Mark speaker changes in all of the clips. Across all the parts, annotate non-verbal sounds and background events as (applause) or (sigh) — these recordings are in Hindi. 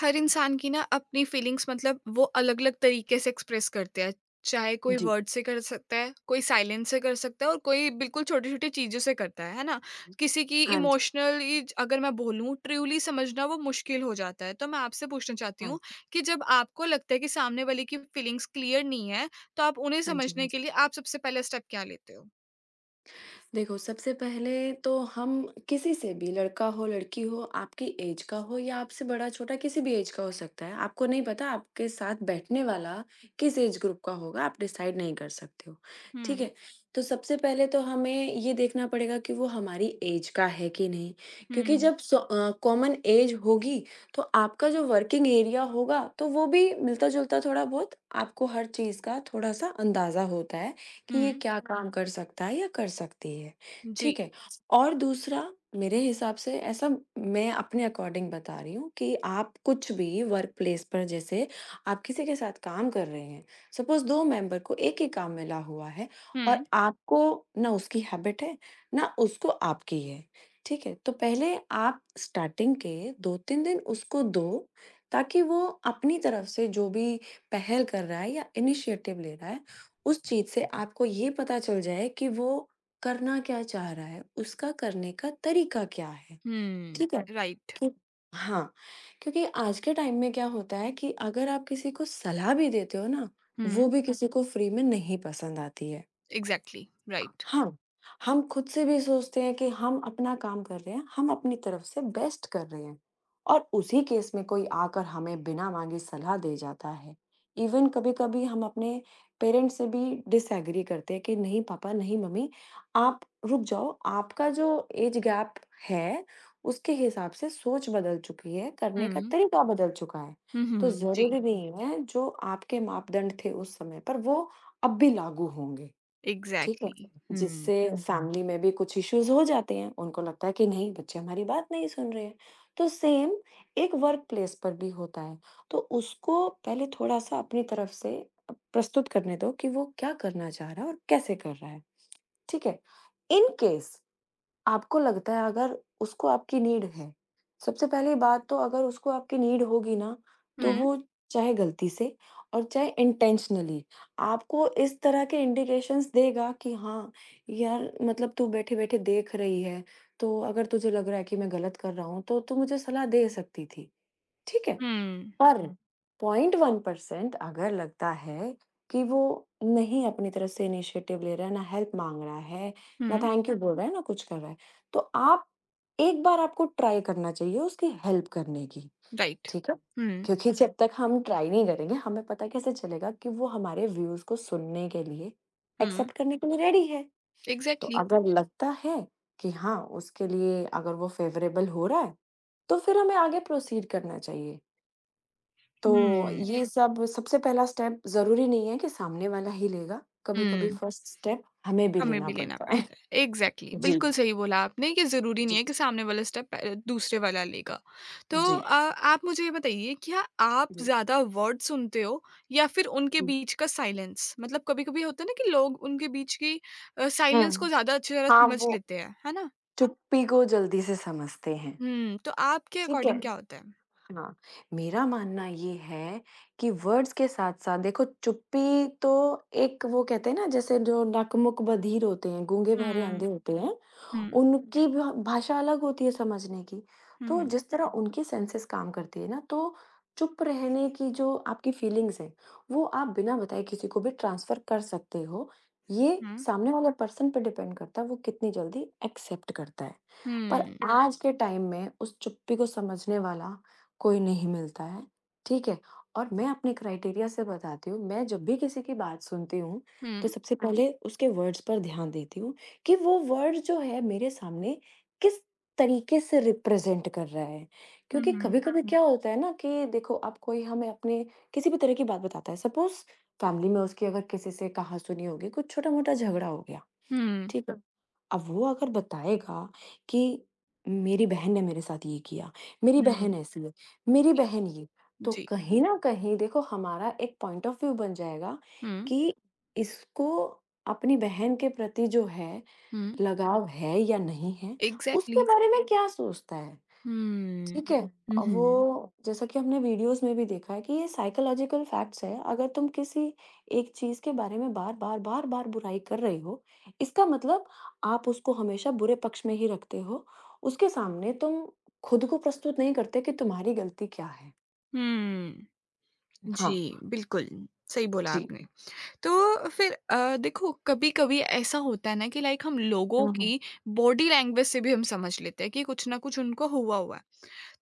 Speaker 1: हर इंसान की ना अपनी फीलिंग्स मतलब वो अलग अलग तरीके से एक्सप्रेस करते हैं। चाहे कोई
Speaker 2: जी।
Speaker 1: वर्ड से कर सकता है, कोई साइलेंस से कर सकता है और कोई बिल्कुल छोटी छोटी चीज़ों से करता है ना। किसी की
Speaker 2: हाँ जी,
Speaker 1: इमोशनली अगर मैं बोलूँ ट्रूली समझना वो मुश्किल हो जाता है, तो मैं आपसे पूछना चाहती
Speaker 2: हाँ
Speaker 1: हूँ
Speaker 2: जी,
Speaker 1: कि जब आपको लगता है कि सामने वाले की फीलिंग्स क्लियर नहीं है, तो आप उन्हें
Speaker 2: हाँ जी, हाँ
Speaker 1: समझने
Speaker 2: जी।
Speaker 1: के लिए आप सबसे पहला स्टेप क्या लेते हो।
Speaker 2: देखो, सबसे पहले तो हम किसी से भी, लड़का हो, लड़की हो, आपकी ऐज का हो या आपसे बड़ा-छोटा किसी भी ऐज का हो सकता है। आपको नहीं पता आपके साथ बैठने वाला किस ऐज ग्रुप का होगा, आप डिसाइड नहीं कर सकते हो, ठीक
Speaker 1: हम्म।
Speaker 2: है? तो सबसे पहले तो हमें ये देखना पड़ेगा कि वो हमारी ऐज का है कि नहीं, क्योंकि
Speaker 1: हम्म।
Speaker 2: जब कॉमन ऐज होगी, तो आपका जो वर्किंग एरिया होगा, तो वो भी मिलता-जुलता थोड़ा बहुत आपको हर चीज़ का थोड़ा-सा अंदाज़ा होता है। कि ये
Speaker 1: हम्म।
Speaker 2: क्या काम कर सकता है या कर सकती है,
Speaker 1: जी।
Speaker 2: ठीक है? और दूसरा मेरे हिसाब से ऐसा मैं अपने अकॉर्डिंग बता रही हूँ कि आप कुछ भी वर्क प्लेस पर जैसे आप किसी के साथ काम कर रहे हैं, सपोज़ 2 मेंबर को एक ही काम मिला हुआ है और
Speaker 1: हम्म।
Speaker 2: आपको ना उसकी हैबिट है, ना उसको आपकी है, ठीक है? तो पहले आप स्टार्टिंग के 2-3 दिन उसको दो ताकि वो अपनी तरफ से जो भी पहल कर रहा है या इनिशिएटिव ले रहा है, उस चीज़ से आपको ये पता चल जाए कि वो करना क्या चाह रहा है, उसका करने का तरीका क्या है, ठीक है?
Speaker 1: हम्म, राइट।
Speaker 2: कि हाँ, क्योंकि आज के टाइम में क्या होता है कि अगर आप किसी को सलाह भी देते हो ना, वो
Speaker 1: हम्म।
Speaker 2: भी किसी को फ्री में नहीं पसंद आती है।
Speaker 1: Exactly, right.
Speaker 2: हाँ, हम खुद से भी सोचते हैं कि हम अपना काम कर रहे हैं, हम अपनी तरफ से बेस्ट कर रहे हैं और उसी केस में कोई आकर हमें बिना माँगे सलाह दे जाता है। इवन कभी-कभी हम अपने पेरेंट्स से भी डिसएग्री करते हैं कि नहीं पापा, नहीं मम्मी, आप रुक जाओ, आपका जो एज गैप है, उसके हिसाब से सोच बदल चुकी है, करने का
Speaker 1: हम्म।
Speaker 2: तरीका बदल चुका है।
Speaker 1: हुँ,
Speaker 2: तो
Speaker 1: हुँ। जी,
Speaker 2: ज़रूरी नहीं है जो आपके मापदंड थे उस समय पर, वो अब भी लागू होंगे। ठीक है?
Speaker 1: एग्ज़ैक्टली। हुँ।
Speaker 2: जिससे हुँ, हुँ। फैमिली में भी कुछ इश्यूज़ हो जाते हैं, उनको लगता है कि नहीं बच्चे हमारी बात नहीं सुन रहे हैं। तो सेम एक वर्क प्लेस पर भी होता है, तो उसको पहले थोड़ा-सा अपनी तरफ से प्रस्तुत करने दो कि वो क्या करना चाह रहा है और कैसे कर रहा है, ठीक है? इन केस आपको लगता है अगर उसको आपकी नीड है, सबसे पहली बात तो अगर उसको आपकी नीड होगी ना, तो
Speaker 1: हुँ,
Speaker 2: वो चाहे गलती से और चाहे इंटेंशनली आपको इस तरह के इंडिकेशंस देगा कि हाँ, यार मतलब तू बैठे-बैठे देख रही है, तो अगर तुझे लग रहा है कि मैं गलत कर रहा हूँ, तो तू मुझे सलाह दे सकती थी। ठीक है?
Speaker 1: हुँ,
Speaker 2: पर 0.1% अगर लगता है कि वो नहीं अपनी तरफ से इनिशिएटिव ले रहा है, ना हेल्प माँग रहा है, ना
Speaker 1: हुँ,
Speaker 2: थैंक यू बोल रहा है, ना कुछ कर रहा है। तो आप एक बार आपको ट्राई करना चाहिए उसकी हेल्प करने की,
Speaker 1: राइट।
Speaker 2: ठीक है?
Speaker 1: हुँ,
Speaker 2: क्योंकि जब तक हम ट्राई नहीं करेंगे, हमें पता कैसे चलेगा कि वो हमारे व्यूज़ को सुनने के लिए,
Speaker 1: हुँ,
Speaker 2: एक्सेप्ट करने के लिए रेडी है। तो
Speaker 1: एग्ज़ैक्टली।
Speaker 2: अगर लगता है कि हाँ, उसके लिए अगर वो फ़ेवरेबल हो रहा है, तो फिर हमें आगे प्रोसीड करना चाहिए। तो
Speaker 1: हुँ,
Speaker 2: ये सब सबसे पहला स्टेप ज़रूरी नहीं है कि सामने वाला ही लेगा, कभी-कभी
Speaker 1: हुँ,
Speaker 2: फर्स्ट स्टेप हमें भी
Speaker 1: हमें
Speaker 2: लेना
Speaker 1: भी लेना
Speaker 2: पड़ता है।
Speaker 1: पड़ता है। एग्ज़ैक्टली,
Speaker 2: (laughs) जी,
Speaker 1: बिल्कुल सही बोला आपने कि ज़रूरी नहीं
Speaker 2: जी,
Speaker 1: है कि सामने वाला स्टेप दूसरे वाला लेगा। तो
Speaker 2: जी,
Speaker 1: आप मुझे ये बताइए, क्या आप
Speaker 2: जी,
Speaker 1: ज़्यादा वर्ड सुनते हो या फिर उनके
Speaker 2: हुँ।
Speaker 1: बीच का साइलेंस? मतलब कभी-कभी होता है ना कि लोग उनके बीच की साइलेंस को
Speaker 2: हुँ,
Speaker 1: ज़्यादा अच्छी तरह
Speaker 2: हाँ,
Speaker 1: समझ
Speaker 2: वो
Speaker 1: लेते हैं, है ना?
Speaker 2: चुप्पी को जल्दी से समझते हैं,
Speaker 1: हुँ, तो आपके
Speaker 2: ठीक है?
Speaker 1: अकॉर्डिंग क्या होता है?
Speaker 2: हाँ, मेरा मानना ये है कि वर्ड्स के साथ-साथ देखो चुप्पी तो एक वो कहते हैं ना जैसे जो नकमुक बधिर होते हैं, गूंगे बहरे अंधे
Speaker 1: हुँ।
Speaker 2: होते हैं, जी।
Speaker 1: हुँ।
Speaker 2: उनकी भा भाषा अलग होती है समझने की।
Speaker 1: हुँ,
Speaker 2: तो
Speaker 1: हुँ।
Speaker 2: जिस तरह उनकी सेंसेस काम करती है ना, तो चुप रहने की जो आपकी फीलिंग्स हैं, वो आप बिना बताए किसी को भी ट्रांसफ़र कर सकते हो। ये
Speaker 1: हुँ।
Speaker 2: सामने वाले पर्सन पे डिपेंड करता है, वो कितनी जल्दी एक्सेप्ट करता है। पर
Speaker 1: हुँ,
Speaker 2: आज के टाइम में उस चुप्पी को समझने वाला कोई नहीं मिलता है, ठीक है? और मैं अपने क्राइटेरिया से बताती हूँ, मैं जब भी किसी की बात सुनती हूँ, तो
Speaker 1: हुँ,
Speaker 2: सबसे पहले उसके वर्ड्स पर ध्यान देती हूँ कि वो वर्ड जो है मेरे सामने किस तरीके से रिप्रेज़ेंट कर रहा है। क्योंकि
Speaker 1: हुँ,
Speaker 2: कभी-कभी हुँ। क्या होता है ना कि देखो अब कोई हमें अपने किसी भी तरह की बात बताता है, सपोज़ फैमिली में उसकी अगर किसी से कहा-सुनी होगी, कुछ छोटा-मोटा झगड़ा हो गया,
Speaker 1: हुँ,
Speaker 2: ठीक है? अब वो अगर बताएगा कि मेरी बहन ने मेरे साथ ये किया, मेरी
Speaker 1: हुँ, हुँ।
Speaker 2: बहन ऐसी है, मेरी
Speaker 1: जी,
Speaker 2: बहन ये, तो
Speaker 1: जी।
Speaker 2: कहीं न कहीं देखो हमारा एक पॉइंट ऑफ व्यू बन जाएगा
Speaker 1: हुँ,
Speaker 2: कि इसको अपनी बहन के प्रति जो है
Speaker 1: हुँ,
Speaker 2: लगाव है या नहीं है, उसके
Speaker 1: एग्ज़ैक्टली।
Speaker 2: बारे में क्या सोचता है।
Speaker 1: हुँ,
Speaker 2: ठीक है?
Speaker 1: हुँ, हुँ,
Speaker 2: वो जैसा कि हमने वीडियोज़ में भी देखा है कि ये साइकोलॉजिकल फैक्ट्स है, अगर तुम किसी एक चीज़ के बारे में बार-बार, बार-बार बुराई कर रहे हो, इसका मतलब आप उसको हमेशा बुरे पक्ष में ही रखते हो। उसके सामने तुम खुद को प्रस्तुत नहीं करते कि तुम्हारी गलती क्या है।
Speaker 1: हुँ।
Speaker 2: हाँ,
Speaker 1: जी, बिल्कुल, सही बोला
Speaker 2: जी।
Speaker 1: आपने। तो फिर देखो कभी-कभी ऐसा होता है ना कि लाइक हम लोगों
Speaker 2: हुँ, हुँ।
Speaker 1: की बॉडी लैंग्वेज से भी हम समझ लेते हैं कि कुछ ना कुछ उनको हुआ हुआ है।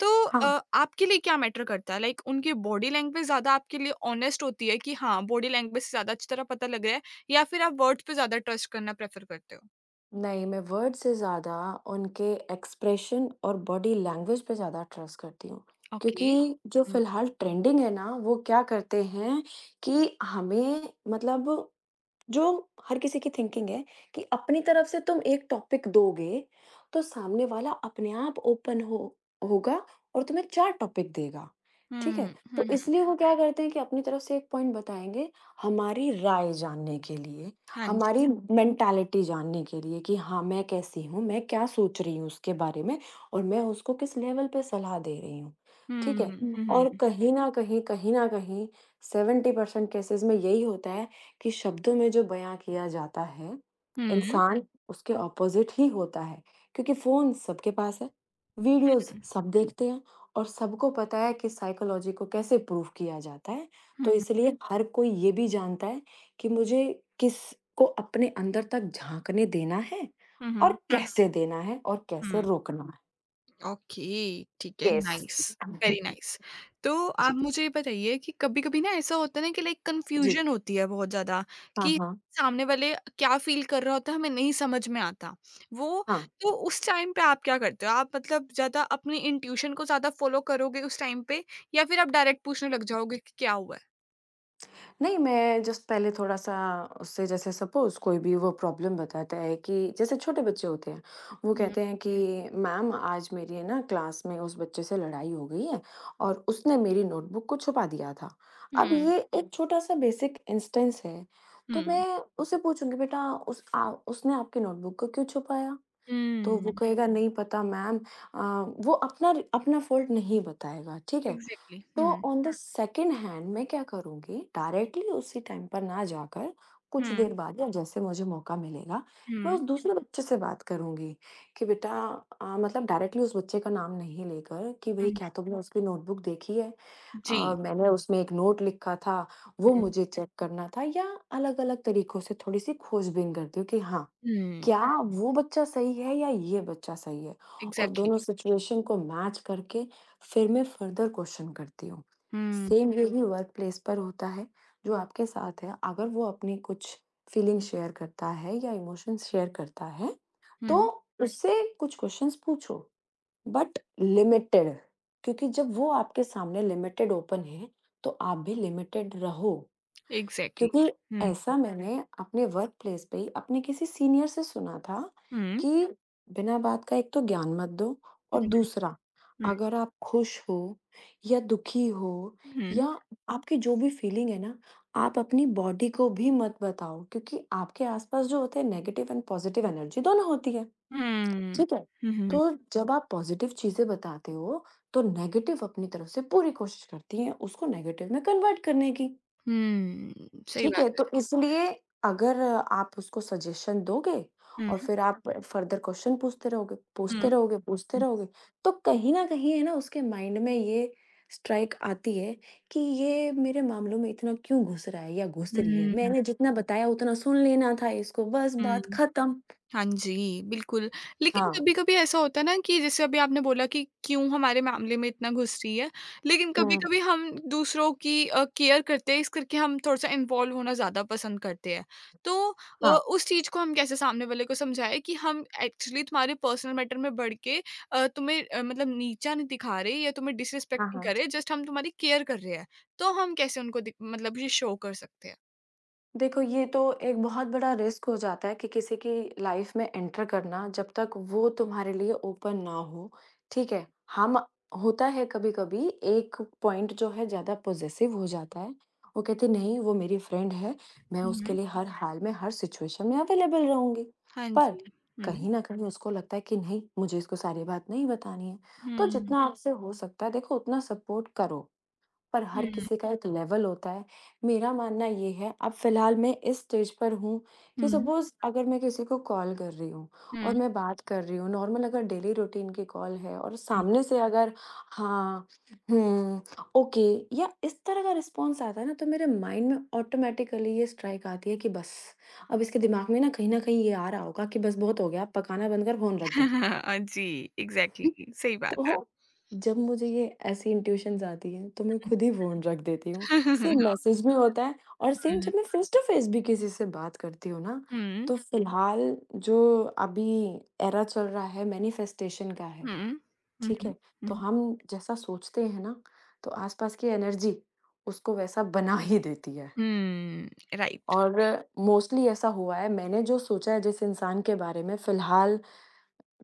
Speaker 1: तो
Speaker 2: हाँ।
Speaker 1: आपके लिए क्या मैटर करता है? लाइक उनकी बॉडी लैंग्वेज ज़्यादा आपके लिए ऑनेस्ट होती है कि हाँ, बॉडी लैंग्वेज से ज़्यादा अच्छी तरह पता लग रहा है, या फिर आप वर्ड्स पे ज़्यादा ट्रस्ट करना प्रेफ़र करते हो?
Speaker 2: नहीं, मैं वर्ड से ज़्यादा उनके एक्सप्रेशन और बॉडी लैंग्वेज पे ज़्यादा ट्रस्ट करती हूँ।
Speaker 1: ओके।
Speaker 2: क्योंकि जो
Speaker 1: हुँ।
Speaker 2: फ़िलहाल ट्रेंडिंग है ना, वो क्या करते हैं कि हमें मतलब जो हर किसी की थिंकिंग है कि अपनी तरफ से तुम एक टॉपिक दोगे, तो सामने वाला अपने आप ओपन हो होगा और तुम्हें 4 टॉपिक देगा, ठीक है?
Speaker 1: हुँ,
Speaker 2: तो
Speaker 1: हुँ,
Speaker 2: हुँ।
Speaker 1: हुँ।
Speaker 2: इसलिए वो क्या करते हैं कि अपनी तरफ से एक पॉइंट बताएँगे, हमारी राय जानने के लिए,
Speaker 1: हाँ जी।
Speaker 2: हमारी मेंटालिटी जानने के लिए कि हाँ, मैं कैसी हूँ, मैं क्या सोच रही हूँ उसके बारे में और मैं उसको किस लेवल पे सलाह दे रही हूँ, ठीक
Speaker 1: हुँ,
Speaker 2: है?
Speaker 1: हुँ,
Speaker 2: हुँ।
Speaker 1: हुँ,
Speaker 2: और
Speaker 1: हुँ,
Speaker 2: कहीं न कहीं 70% केसेज़ में यही होता है कि शब्दों में जो बयाँ किया जाता है,
Speaker 1: हुँ, हुँ,
Speaker 2: इंसान उसके ऑपोज़िट ही होता है, क्योंकि फ़ोन सबके पास है, वीडियोज़ सब देखते हैं और सबको पता है कि साइकोलॉजी को कैसे प्रूव किया जाता है। तो इसलिए हर कोई ये भी जानता है कि मुझे किसको अपने अंदर तक झाँकने देना है
Speaker 1: हुँ, हुँ,
Speaker 2: और
Speaker 1: हुँ।
Speaker 2: हुँ। कैसे देना है और कैसे रोकना है।
Speaker 1: ओके, ठीक है,
Speaker 2: यस।
Speaker 1: Nice,
Speaker 2: (laughs)
Speaker 1: very nice. तो आप
Speaker 2: जी,
Speaker 1: मुझे ये बताइए कि कभी-कभी ना ऐसा होता है ना कि लाइक
Speaker 2: जी।
Speaker 1: कन्फ्यूज़न होती है बहुत ज़्यादा
Speaker 2: हाँ,
Speaker 1: कि
Speaker 2: हाँ।
Speaker 1: सामने वाले क्या फ़ील कर रहा होता है, हमें नहीं समझ में आता। वो
Speaker 2: हाँ।
Speaker 1: तो उस टाइम पे आप क्या करते हो? आप मतलब ज़्यादा अपनी इंट्यूशन को ज़्यादा फ़ॉलो करोगे उस टाइम पे, या फिर आप डायरेक्ट पूछने लग जाओगे कि क्या हुआ है?
Speaker 2: नहीं, मैं जस्ट पहले थोड़ा-सा उससे जैसे सपोज़ कोई भी वो प्रॉब्लम बताता है कि जैसे छोटे बच्चे होते हैं, वो
Speaker 1: हुँ,
Speaker 2: कहते हैं कि मैम आज मेरी है ना क्लास में उस बच्चे से लड़ाई हो गई है और उसने मेरी नोटबुक को छुपा दिया था। अब
Speaker 1: हुँ,
Speaker 2: ये एक छोटा-सा बेसिक इंस्टेंस है, तो
Speaker 1: हुँ,
Speaker 2: मैं उससे पूछूँगी बेटा उस आ उसने आपकी नोटबुक को क्यों छुपाया? तो वो
Speaker 1: हुँ,
Speaker 2: कहेगा नहीं पता मैम अ, वो अपना फ़ॉल्ट नहीं बताएगा, ठीक है?
Speaker 1: एग्ज़ैक्टली,
Speaker 2: तो
Speaker 1: हुँ,
Speaker 2: ऑन द सेकंड हैंड मैं क्या करूँगी डायरेक्टली उसी टाइम पर ना जाकर कुछ
Speaker 1: हुँ,
Speaker 2: देर बाद या जैसे मुझे मौका मिलेगा, मैं उस
Speaker 1: हुँ,
Speaker 2: दूसरे बच्चे से बात करूँगी कि बेटा मतलब डायरेक्टली उस बच्चे का नाम नहीं लेकर कि भई
Speaker 1: हुँ,
Speaker 2: क्या तुमने उसकी नोटबुक देखी है?
Speaker 1: जी,
Speaker 2: मैंने उसमें एक नोट लिखा था, वो
Speaker 1: हुँ,
Speaker 2: मुझे चेक करना था या अलग-अलग तरीकों से थोड़ी-सी खोजबीन करती हूँ कि हाँ,
Speaker 1: हुँ,
Speaker 2: क्या वो बच्चा सही है या ये बच्चा सही है? और
Speaker 1: एग्ज़ैक्टली,
Speaker 2: दोनों सिचुएशन को मैच करके फिर मैं फर्दर क्वेश्चन करती हूँ।
Speaker 1: हुँ,
Speaker 2: सेम यही वर्क प्लेस पर होता है, जो आपके साथ है, अगर वो अपनी कुछ फीलिंग शेयर करता है या इमोशंस शेयर करता है, तो
Speaker 1: हुँ।
Speaker 2: उससे कुछ क्वेश्चंस पूछो, बट लिमिटेड क्योंकि जब वो आपके सामने लिमिटेड ओपन है, तो आप भी लिमिटेड रहो।
Speaker 1: एग्ज़ैक्टली।
Speaker 2: क्योंकि
Speaker 1: हुँ,
Speaker 2: ऐसा मैंने अपने वर्क प्लेस पे ही अपने किसी सीनियर से सुना था
Speaker 1: हुँ,
Speaker 2: कि बिना बात का एक तो ज्ञान मत दो और
Speaker 1: हुँ,
Speaker 2: दूसरा
Speaker 1: हुँ,
Speaker 2: अगर आप खुश हो या दुखी हो या
Speaker 1: हुँ,
Speaker 2: आपकी जो भी फीलिंग है ना आप अपनी बॉडी को भी मत बताओ क्योंकि आपके आसपास जो होते हैं नेगेटिव एंड पॉजिटिव एनर्जी दोनों होती है
Speaker 1: हुँ,
Speaker 2: ठीक है
Speaker 1: हुँ,
Speaker 2: तो जब आप पॉजिटिव चीजें बताते हो तो नेगेटिव अपनी तरफ से पूरी कोशिश करती हैं उसको नेगेटिव में कन्वर्ट करने की
Speaker 1: हुँ, सही
Speaker 2: ठीक है,
Speaker 1: बात
Speaker 2: तो इसलिए अगर आप उसको सजेशन दोगे
Speaker 1: है। हुँ,
Speaker 2: और फिर आप फर्दर क्वेश्चन पूछते रहोगे,
Speaker 1: हुँ,
Speaker 2: पूछते रहोगे, पूछते
Speaker 1: हुँ,
Speaker 2: रहोगे, तो कहीं न कहीं है ना उसके माइंड में ये स्ट्राइक आती है कि ये मेरे मामलों में इतना क्यों घुस रहा है या घुस रही है?
Speaker 1: हुँ, हुँ,
Speaker 2: मैंने जितना बताया उतना सुन लेना था इसको, बस बात
Speaker 1: हुँ।
Speaker 2: खत्म।
Speaker 1: हाँ जी, बिल्कुल। लेकिन
Speaker 2: हाँ।
Speaker 1: कभी-कभी ऐसा होता है ना कि जैसे अभी आपने बोला कि क्यों हमारे मामले में इतना घुस रही है, लेकिन
Speaker 2: हुँ।
Speaker 1: कभी-कभी हम दूसरों की केयर करते हैं, इस करके हम थोड़ा-सा इन्वॉल्व होना ज़्यादा पसंद करते हैं। तो
Speaker 2: हाँ।
Speaker 1: उस चीज़ को हम कैसे सामने वाले को समझाएँ कि हम एक्चुअली तुम्हारे पर्सनल मैटर में बढ़ के तुम्हें मतलब नीचा नहीं दिखा रहे या तुम्हें डिसरिस्पेक्ट
Speaker 2: हाँ,
Speaker 1: नहीं
Speaker 2: हाँ।
Speaker 1: कर रहे, जस्ट हम तुम्हारी केयर कर रहे हैं। तो हम कैसे उनको दि मतलब ये शो कर सकते हैं?
Speaker 2: देखो, ये तो एक बहुत बड़ा रिस्क हो जाता है कि किसी की लाइफ़ में एंटर करना जब तक वो तुम्हारे लिए ओपन ना हो, ठीक है? हम होता है कभी-कभी एक पॉइंट जो है ज़्यादा पॉज़ेसिव हो जाता है। वो कहते हैं नहीं, वो मेरी फ्रेंड है, मैं
Speaker 1: हुँ,
Speaker 2: उसके
Speaker 1: हुँ।
Speaker 2: लिए हर हाल में, हर सिचुएशन में अवेलेबल रहूँगी।
Speaker 1: हाँ
Speaker 2: पर
Speaker 1: जी। हुँ।
Speaker 2: कहीं न कहीं उसको लगता है कि नहीं, मुझे इसको सारी बात नहीं बतानी है। तो
Speaker 1: हुँ,
Speaker 2: जितना आपसे हो सकता है देखो, उतना सपोर्ट करो। पर हर
Speaker 1: हुँ,
Speaker 2: किसी का एक लेवल होता है। मेरा मानना ये है, अब फ़िलहाल मैं इस स्टेज पर हूँ कि
Speaker 1: हुँ।
Speaker 2: सपोज़ अगर मैं किसी को कॉल कर रही हूँ और
Speaker 1: हुँ,
Speaker 2: मैं बात कर रही हूँ, नॉर्मल अगर डेली रूटीन की कॉल है और
Speaker 1: हुँ।
Speaker 2: सामने से अगर हाँ, हुँ, ओके या इस तरह का रिस्पॉन्स आता है ना, तो मेरे माइंड में ऑटोमैटिकली ये स्ट्राइक आती है कि बस, अब इसके दिमाग में ना कहीं न कहीं ये आ रहा होगा कि बस बहुत हो गया, अब पकाना बंद कर फ़ोन रख दे।
Speaker 1: (laughs) जी, एग्ज़ैक्टली सही बात है।
Speaker 2: तो जब मुझे ये ऐसी इंट्यूशंस आती हैं, तो मैं
Speaker 1: हुँ,
Speaker 2: खुद ही फ़ोन रख देती हूँ। सेम
Speaker 1: (laughs)
Speaker 2: मैसेज भी होता है और सेम
Speaker 1: हुँ,
Speaker 2: जब मैं फ़ेस टू फ़ेस भी किसी से बात करती हूँ ना,
Speaker 1: हुँ,
Speaker 2: तो फ़िलहाल जो अभी एरा चल रहा है मैनिफेस्टेशन का है,
Speaker 1: हुँ, हुँ,
Speaker 2: ठीक है? तो
Speaker 1: हुँ,
Speaker 2: हम जैसा सोचते हैं ना, तो आसपास की एनर्जी उसको वैसा बना ही देती है।
Speaker 1: हुँ, राइट।
Speaker 2: और मोस्टली ऐसा हुआ है, मैंने जो सोचा है जिस इंसान के बारे में, फ़िलहाल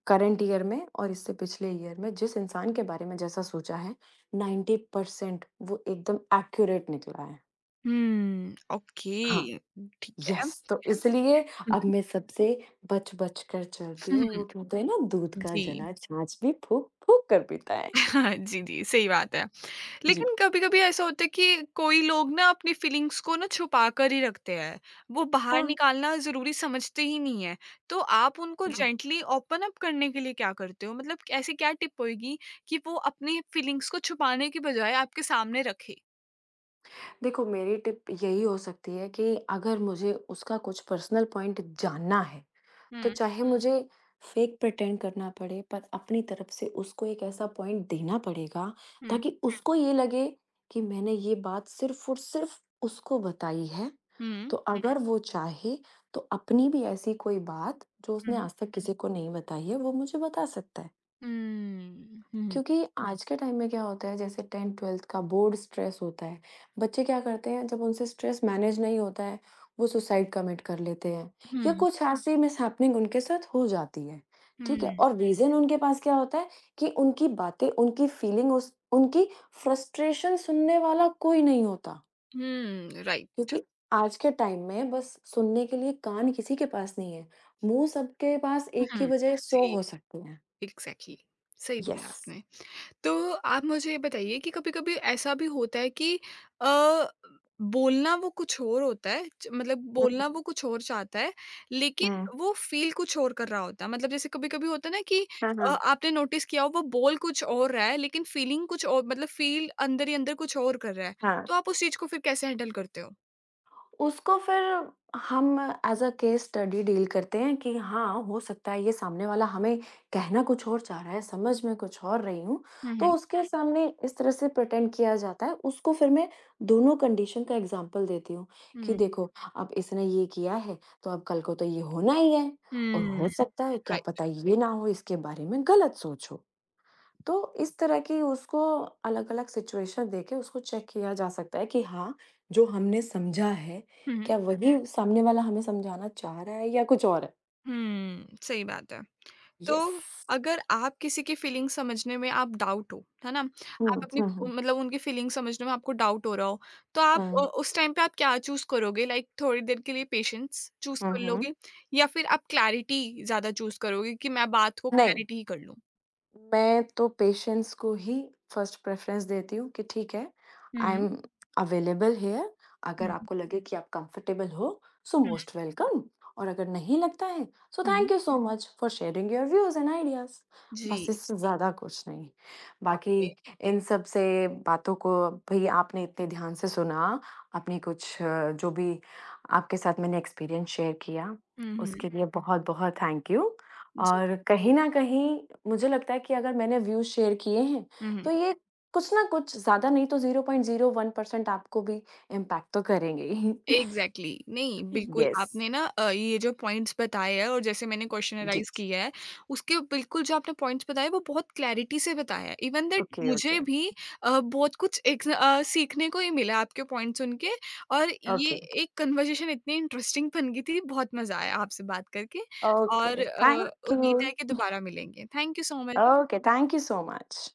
Speaker 2: करंट ईयर में और इससे पिछले ईयर में जिस इंसान के बारे में जैसा सोचा है, 90% वो एकदम एक्यूरेट निकला है।
Speaker 1: हुँ, ओके,
Speaker 2: हाँ,
Speaker 1: ठीक है।
Speaker 2: येस। तो इसलिए
Speaker 1: हुँ,
Speaker 2: अब मैं सबसे बच-बच कर चलती हूँ,
Speaker 1: हुँ,
Speaker 2: वो कहते हैं ना, दूध का
Speaker 1: जी।
Speaker 2: जला छाछ भी फूँक-फूँक कर पीता है।
Speaker 1: (laughs) जी, जी, सही बात है।
Speaker 2: जी।
Speaker 1: लेकिन कभी-कभी ऐसा होता है कि कोई लोग ना अपनी फीलिंग्स को ना छुपा कर ही रखते हैं। वो बाहर
Speaker 2: हाँ,
Speaker 1: निकालना ज़रूरी समझते ही नहीं है। तो आप उनको
Speaker 2: हाँ।
Speaker 1: जेंटली ओपन अप करने के लिए क्या करते हो? मतलब ऐसी क्या टिप होएगी कि वो अपनी फीलिंग्स को छुपाने की बजाय आपके सामने रखे?
Speaker 2: देखो, मेरी टिप यही हो सकती है कि अगर मुझे उसका कुछ पर्सनल पॉइंट जानना है, तो
Speaker 1: हुँ,
Speaker 2: चाहे मुझे फेक प्रिटेंड करना पड़े, पर अपनी तरफ से उसको एक ऐसा पॉइंट देना पड़ेगा
Speaker 1: हुँ,
Speaker 2: ताकि उसको ये लगे कि मैंने ये बात सिर्फ़ और सिर्फ़ उसको बताई है।
Speaker 1: हुँ,
Speaker 2: तो अगर वो चाहे, तो अपनी भी ऐसी कोई बात जो उसने
Speaker 1: हुँ।
Speaker 2: आज तक किसी को नहीं बताई है, वो मुझे बता सकता है।
Speaker 1: हुँ, हुँ।
Speaker 2: क्योंकि आज के टाइम में क्या होता है, जैसे 10th-12th का बोर्ड स्ट्रेस होता है। बच्चे क्या करते हैं जब उनसे स्ट्रेस मैनेज नहीं होता है, वो सुसाइड कमिट कर लेते हैं या
Speaker 1: हुँ,
Speaker 2: कुछ ऐसी मिसहैपनिंग उनके साथ हो जाती है, ठीक है?
Speaker 1: हुँ।
Speaker 2: और रीज़न उनके पास क्या होता है कि उनकी बातें, उनकी फीलिंग, उस उनकी फ्रस्ट्रेशन सुनने वाला कोई नहीं होता।
Speaker 1: हुँ, राइट।
Speaker 2: क्योंकि आज के टाइम में बस सुनने के लिए कान किसी के पास नहीं है। मुँह सबके पास एक की
Speaker 1: हुँ।
Speaker 2: बजाय 100
Speaker 1: जी,
Speaker 2: हो सकते हैं।
Speaker 1: एग्ज़ैक्टली। सही बोला
Speaker 2: यस।
Speaker 1: आपने। तो आप मुझे ये बताइए कि कभी-कभी ऐसा भी होता है कि अ, बोलना वो कुछ और होता है, च मतलब
Speaker 2: हुँ,
Speaker 1: बोलना वो
Speaker 2: हुँ।
Speaker 1: कुछ और चाहता है, लेकिन
Speaker 2: हुँ।
Speaker 1: वो फ़ील कुछ और कर रहा होता है। मतलब जैसे कभी-कभी होता है ना कि
Speaker 2: हाँ, हाँ।
Speaker 1: आपने नोटिस किया हो वो बोल कुछ और रहा है, लेकिन फ़ीलिंग कुछ और मतलब फ़ील अंदर ही अंदर कुछ और कर रहा है।
Speaker 2: हाँ।
Speaker 1: तो आप उस चीज़ को फिर कैसे हैंडल करते हो?
Speaker 2: उसको फिर हम as a case study deal करते हैं कि हाँ, हो सकता है ये सामने वाला हमें कहना कुछ और चाह रहा है, समझ मैं कुछ और रही हूँ।
Speaker 1: हुँ,
Speaker 2: तो
Speaker 1: हुँ।
Speaker 2: उसके हुँ। सामने इस तरह से प्रिटेंड किया जाता है, उसको फिर मैं दोनों कंडीशन का एग्ज़ाम्पल देती हूँ कि
Speaker 1: हुँ।
Speaker 2: देखो, अब इसने ये किया है, तो अब कल को तो ये होना ही है और हो
Speaker 1: हुँ,
Speaker 2: सकता है, क्या पता
Speaker 1: राइट।
Speaker 2: ये ना हो, इसके बारे में गलत सोच हो। तो इस तरह की उसको अलग-अलग सिचुएशन देके उसको चेक किया जा सकता है कि हाँ, जो हमने समझा है,
Speaker 1: हुँ, हुँ।
Speaker 2: क्या वही सामने वाला हमें समझाना चाह रहा है या कुछ और है?
Speaker 1: हुँ, सही बात है। तो
Speaker 2: यस।
Speaker 1: अगर आप किसी की फीलिंग समझने में आप डाउट हो, है ना?
Speaker 2: हुँ,
Speaker 1: आप अपनी
Speaker 2: हुँ, हुँ।
Speaker 1: मतलब उनकी फीलिंग समझने में आपको डाउट हो रहा हो, तो आप
Speaker 2: हुँ,
Speaker 1: उस टाइम पे आप क्या चूज़ करोगे? लाइक थोड़ी देर के लिए पेशेंस चूज़
Speaker 2: हुँ,
Speaker 1: कर
Speaker 2: हुँ।
Speaker 1: लोगे, या फिर आप क्लैरिटी ज़्यादा चूज़ करोगे कि मैं बात को
Speaker 2: नहीं।
Speaker 1: क्लैरिटी ही कर लूँ?
Speaker 2: मैं तो पेशेंस को ही फर्स्ट प्रेफ़रेंस देती हूँ कि ठीक है, I
Speaker 1: hmm,
Speaker 2: am available here, अगर
Speaker 1: हुँ,
Speaker 2: आपको लगे कि आप कंफर्टेबल हो, सो
Speaker 1: हुँ,
Speaker 2: मोस्ट वेलकम। और अगर नहीं लगता है, so thank
Speaker 1: hmm.
Speaker 2: You so much for sharing your views and ideas. बस
Speaker 1: जी,
Speaker 2: इससे ज़्यादा कुछ नहीं। बाकी
Speaker 1: ओके।
Speaker 2: इन सब से बातों को भी आपने इतने ध्यान से सुना, अपनी कुछ जो भी आपके साथ मैंने एक्सपीरियंस शेयर किया,
Speaker 1: हुँ, हुँ।
Speaker 2: उसके लिए बहुत-बहुत थैंक यू।
Speaker 1: जी,
Speaker 2: और कहीं न कहीं मुझे लगता है कि अगर मैंने व्यूज़ शेयर किए हैं,
Speaker 1: हुँ,
Speaker 2: तो
Speaker 1: हुँ।
Speaker 2: ये कुछ ना कुछ ज़्यादा नहीं तो 0.01% आपको भी इम्पैक्ट तो करेंगे ही।
Speaker 1: Exactly exactly. नहीं,
Speaker 2: (laughs)
Speaker 1: बिल्कुल
Speaker 2: येस।
Speaker 1: आपने ना ये जो पॉइंट्स बताए हैं, और जैसे मैंने
Speaker 2: जी।
Speaker 1: क्वेश्चनराइज किया है उसके बिल्कुल जो आपने पॉइंट्स बताए वो बहुत क्लैरिटी से बताया। Even that
Speaker 2: okay, okay.
Speaker 1: मुझे भी बहुत कुछ सीखने को ही मिला आपके पॉइंट सुन के, और ये
Speaker 2: ओके,
Speaker 1: एक कन्वर्जेशन इतनी इंटरेस्टिंग बन गई थी, बहुत मजा आया आपसे बात करके। और
Speaker 2: ओके। थैंक
Speaker 1: उम्मीद है कि
Speaker 2: यू।
Speaker 1: दोबारा मिलेंगे। Thank you so much.
Speaker 2: Okay, thank you so much.